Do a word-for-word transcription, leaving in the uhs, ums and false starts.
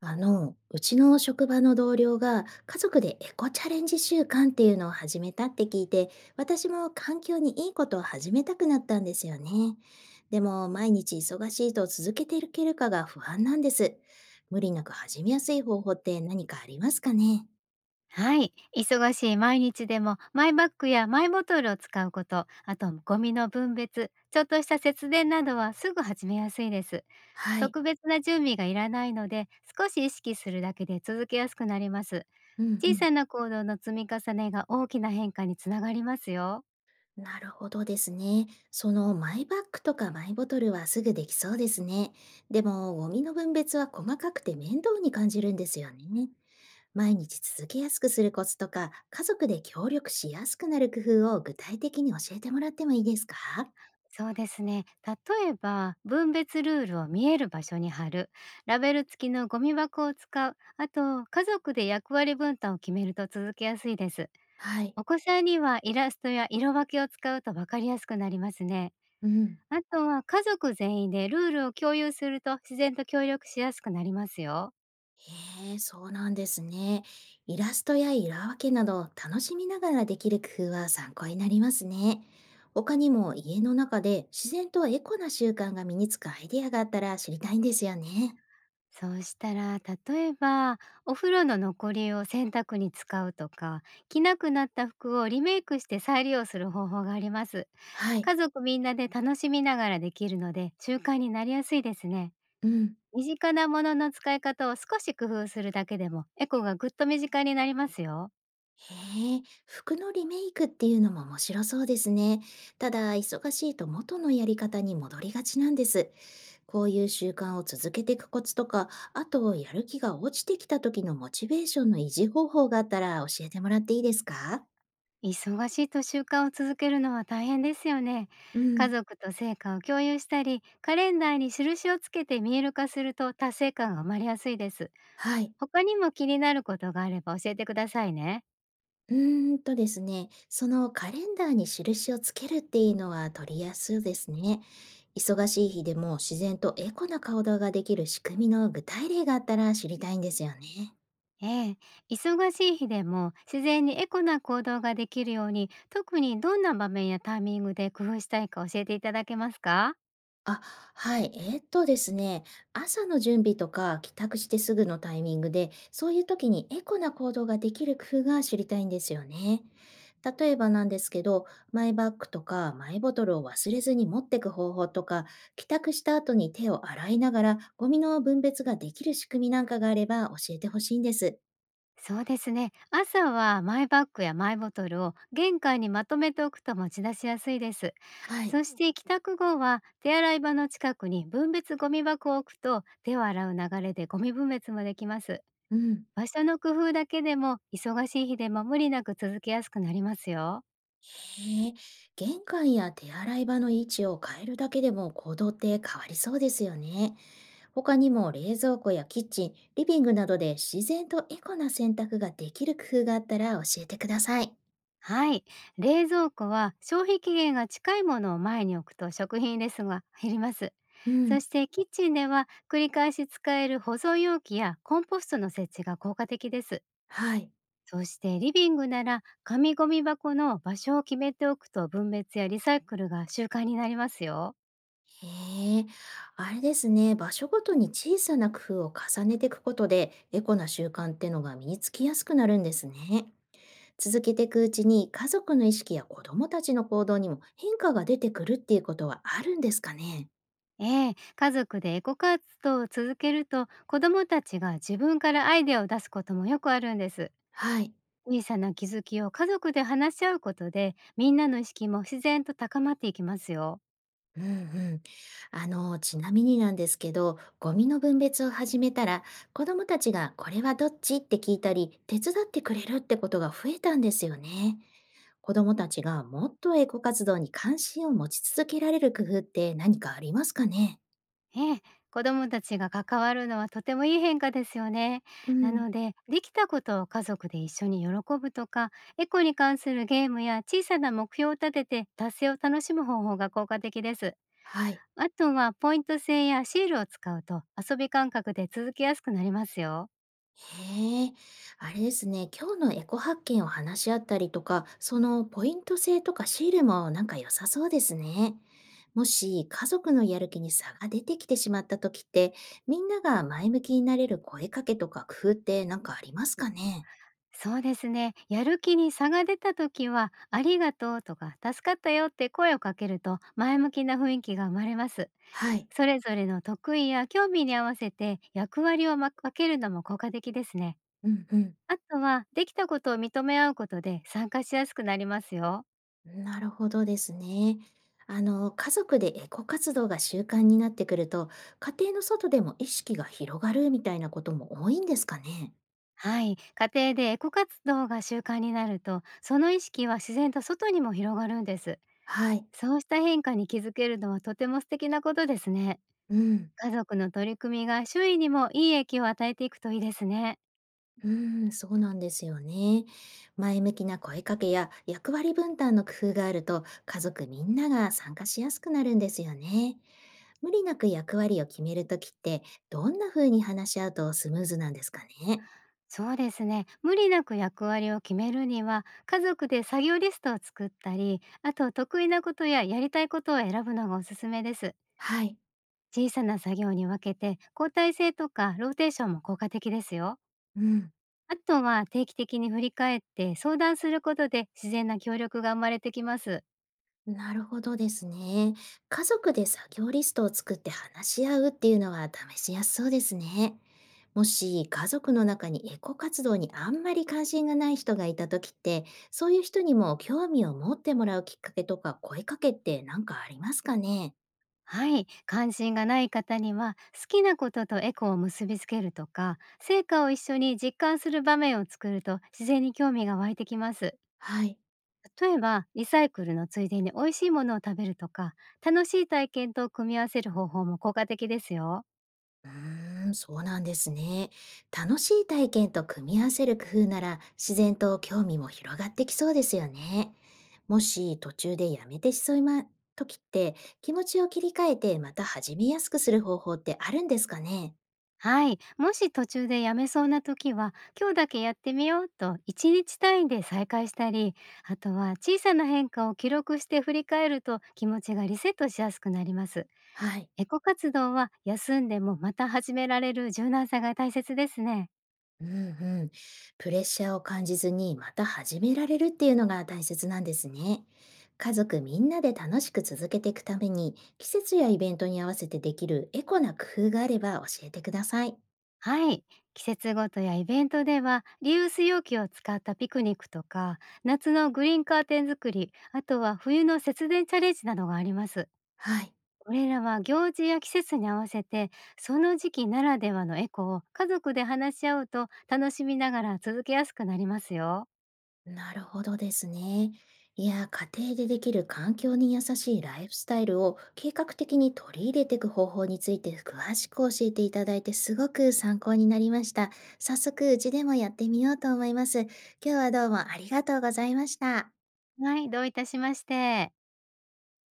あの、うちの職場の同僚が家族でエコチャレンジ週間っていうのを始めたって聞いて、私も環境にいいことを始めたくなったんですよね。でも、毎日忙しいと続けていけるかが不安なんです。無理なく始めやすい方法って何かありますかね？はい。忙しい毎日でも、マイバッグやマイボトルを使うこと、あとゴミの分別、ちょっとした節電などはすぐ始めやすいです。はい。特別な準備がいらないので、少し意識するだけで続けやすくなります。うんう小ん。さな行動の積み重ねが大きな変化につながりますよ。なるほどですね。そのマイバッグとかマイボトルはすぐできそうですね。でも、ゴミの分別は細かくて面倒に感じるんですよね。毎日続けやすくするコツとか、家族で協力しやすくなる工夫を具体的に教えてもらってもいいですか？そうですね。例えば、分別ルールを見える場所に貼る、ラベル付きのゴミ箱を使う、あと、家族で役割分担を決めると続けやすいです。はい。お子さんにはイラストや色分けを使うと分かりやすくなりますね。うん。あとは家族全員でルールを共有すると自然と協力しやすくなりますよ。へえ、そうなんですね。イラストや色分けなど楽しみながらできる工夫は参考になりますね。他にも家の中で自然とエコな習慣が身につくアイディアがあったら知りたいんですよね。そうしたら、例えばお風呂の残りを洗濯に使うとか、着なくなった服をリメイクして再利用する方法があります。はい。家族みんなで楽しみながらできるので、習慣になりやすいですね。うん。身近なものの使い方を少し工夫するだけでもエコがぐっと身近になりますよ。へえ、服のリメイクっていうのも面白そうですね。ただ、忙しいと元のやり方に戻りがちなんです。こういう習慣を続けていくコツとか、あとやる気が落ちてきた時のモチベーションの維持方法があったら教えてもらっていいですか？忙しいと習慣を続けるのは大変ですよね。う家ん、族と成果を共有したり、カレンダーに印をつけて見える化すると達成感が生まれやすいです。はい。他にも気になることがあれば教えてくださいね。うーんとですね、そのカレンダーに印をつけるっていうのは取りやすいですね。忙しい日でも自然とエコな行動ができる仕組みの具体例があったら知りたいんですよね。ええ、忙しい日でも自然にエコな行動ができるように、特にどんな場面やタイミングで工夫したいか教えていただけますか？あ、はい。えーっとですね、朝の準備とか帰宅してすぐのタイミングで、そういう時にエコな行動ができる工夫が知りたいんですよね。例えばなんですけど、マイバッグとかマイボトルを忘れずに持ってく方法とか、帰宅した後に手を洗いながらゴミの分別ができる仕組みなんかがあれば教えてほしいんです。そうですね。朝はマイバッグやマイボトルを玄関にまとめておくと持ち出しやすいです。はい。そして帰宅後は手洗い場の近くに分別ゴミ箱を置くと、手を洗う流れでゴミ分別もできます。うん。場所の工夫だけでも、忙しい日でも無理なく続けやすくなりますよ。へえ、玄関や手洗い場の位置を変えるだけでも行動って変わりそうですよね。他にも冷蔵庫やキッチン、リビングなどで自然とエコな選択ができる工夫があったら教えてください。はい。冷蔵庫は消費期限が近いものを前に置くと食品レスが減ります。うそん、してキッチンでは、繰り返し使える保存容器やコンポストの設置が効果的です。はい。そしてリビングなら、紙ゴミ箱の場所を決めておくと分別やリサイクルが習慣になりますよ。へえ、あれですね、場所ごとに小さな工夫を重ねていくことで、エコな習慣ってのが身につきやすくなるんですね。続けていくうちに家族の意識や子供たちの行動にも変化が出てくるっていうことはあるんですかね？ええ、家族でエコ活動を続けると、子どもたちが自分からアイデアを出すこともよくあるんです。はい。小さな気づきを家族で話し合うことで、みんなの意識も自然と高まっていきますよ。うんうん。あの、ちなみになんですけど、ゴミの分別を始めたら、子供たちがこれはどっちって聞いたり、手伝ってくれるってことが増えたんですよね。子供たちがもっとエコ活動に関心を持ち続けられる工夫って何かありますかね？ええ、子供たちが関わるのはとてもいい変化ですよね。うなん。ので、できたことを家族で一緒に喜ぶとか、エコに関するゲームや小さな目標を立てて達成を楽しむ方法が効果的です。はい。あとはポイント制やシールを使うと、遊び感覚で続けやすくなりますよ。へえ、あれですね、今日のエコ発見を話し合ったりとか、そのポイント制とかシールもなんか良さそうですね。もし家族のやる気に差が出てきてしまった時って、みんなが前向きになれる声かけとか工夫ってなんかありますかね？そうですね。やる気に差が出た時は、ありがとうとか、助かったよって声をかけると、前向きな雰囲気が生まれます。はい。それぞれの得意や興味に合わせて役割をま分けるのも効果的ですね。うんうん。あとは、できたことを認め合うことで参加しやすくなりますよ。なるほどですね。あの、家族でエコ活動が習慣になってくると、家庭の外でも意識が広がるみたいなことも多いんですかね？はい。家庭でエコ活動が習慣になると、その意識は自然と外にも広がるんです。はい。そうした変化に気づけるのはとても素敵なことですね。うん。家族の取り組みが周囲にもいい影響を与えていくといいですね。うーん、そうなんですよね。前向きな声かけや役割分担の工夫があると家族みんなが参加しやすくなるんですよね。無理なく役割を決めるときってどんな風に話し合うとスムーズなんですかね？そうですね。無理なく役割を決めるには、家族で作業リストを作ったり、あと得意なことややりたいことを選ぶのがおすすめです。はい。小さな作業に分けて、交代制とかローテーションも効果的ですよ。うん、あとは定期的に振り返って相談することで、自然な協力が生まれてきます。なるほどですね。家族で作業リストを作って話し合うっていうのは試しやすそうですね。もし家族の中にエコ活動にあんまり関心がない人がいた時って、そういう人にも興味を持ってもらうきっかけとか声かけって何かありますかね？はい、関心がない方には、好きなこととエコを結びつけるとか、成果を一緒に実感する場面を作ると自然に興味が湧いてきます。はい。例えばリサイクルのついでに美味しいものを食べるとか、楽しい体験と組み合わせる方法も効果的ですよ。うーん、そうなんですね。楽しい体験と組み合わせる工夫なら自然と興味も広がってきそうですよね。もし途中でやめてしそうな時って気持ちを切り替えてまた始めやすくする方法ってあるんですかね？はい、もし途中でやめそうな時は、今日だけやってみようといちにち単位で再開したり、あとは小さな変化を記録して振り返ると気持ちがリセットしやすくなります。はい。エコ活動は休んでもまた始められる柔軟さが大切ですね。うんうん。プレッシャーを感じずにまた始められるっていうのが大切なんですね。家族みんなで楽しく続けていくために、季節やイベントに合わせてできるエコな工夫があれば教えてください。はい。季節ごとやイベントでは、リユース容器を使ったピクニックとか、夏のグリーンカーテン作り、あとは冬の節電チャレンジなどがあります。はい。これらは行事や季節に合わせて、その時期ならではのエコを家族で話し合うと楽しみながら続けやすくなりますよ。なるほどですね。いや、家庭でできる環境に優しいライフスタイルを計画的に取り入れていく方法について詳しく教えていただいてすごく参考になりました。早速うちでもやってみようと思います。今日はどうもありがとうございました。はい、どういたしまして。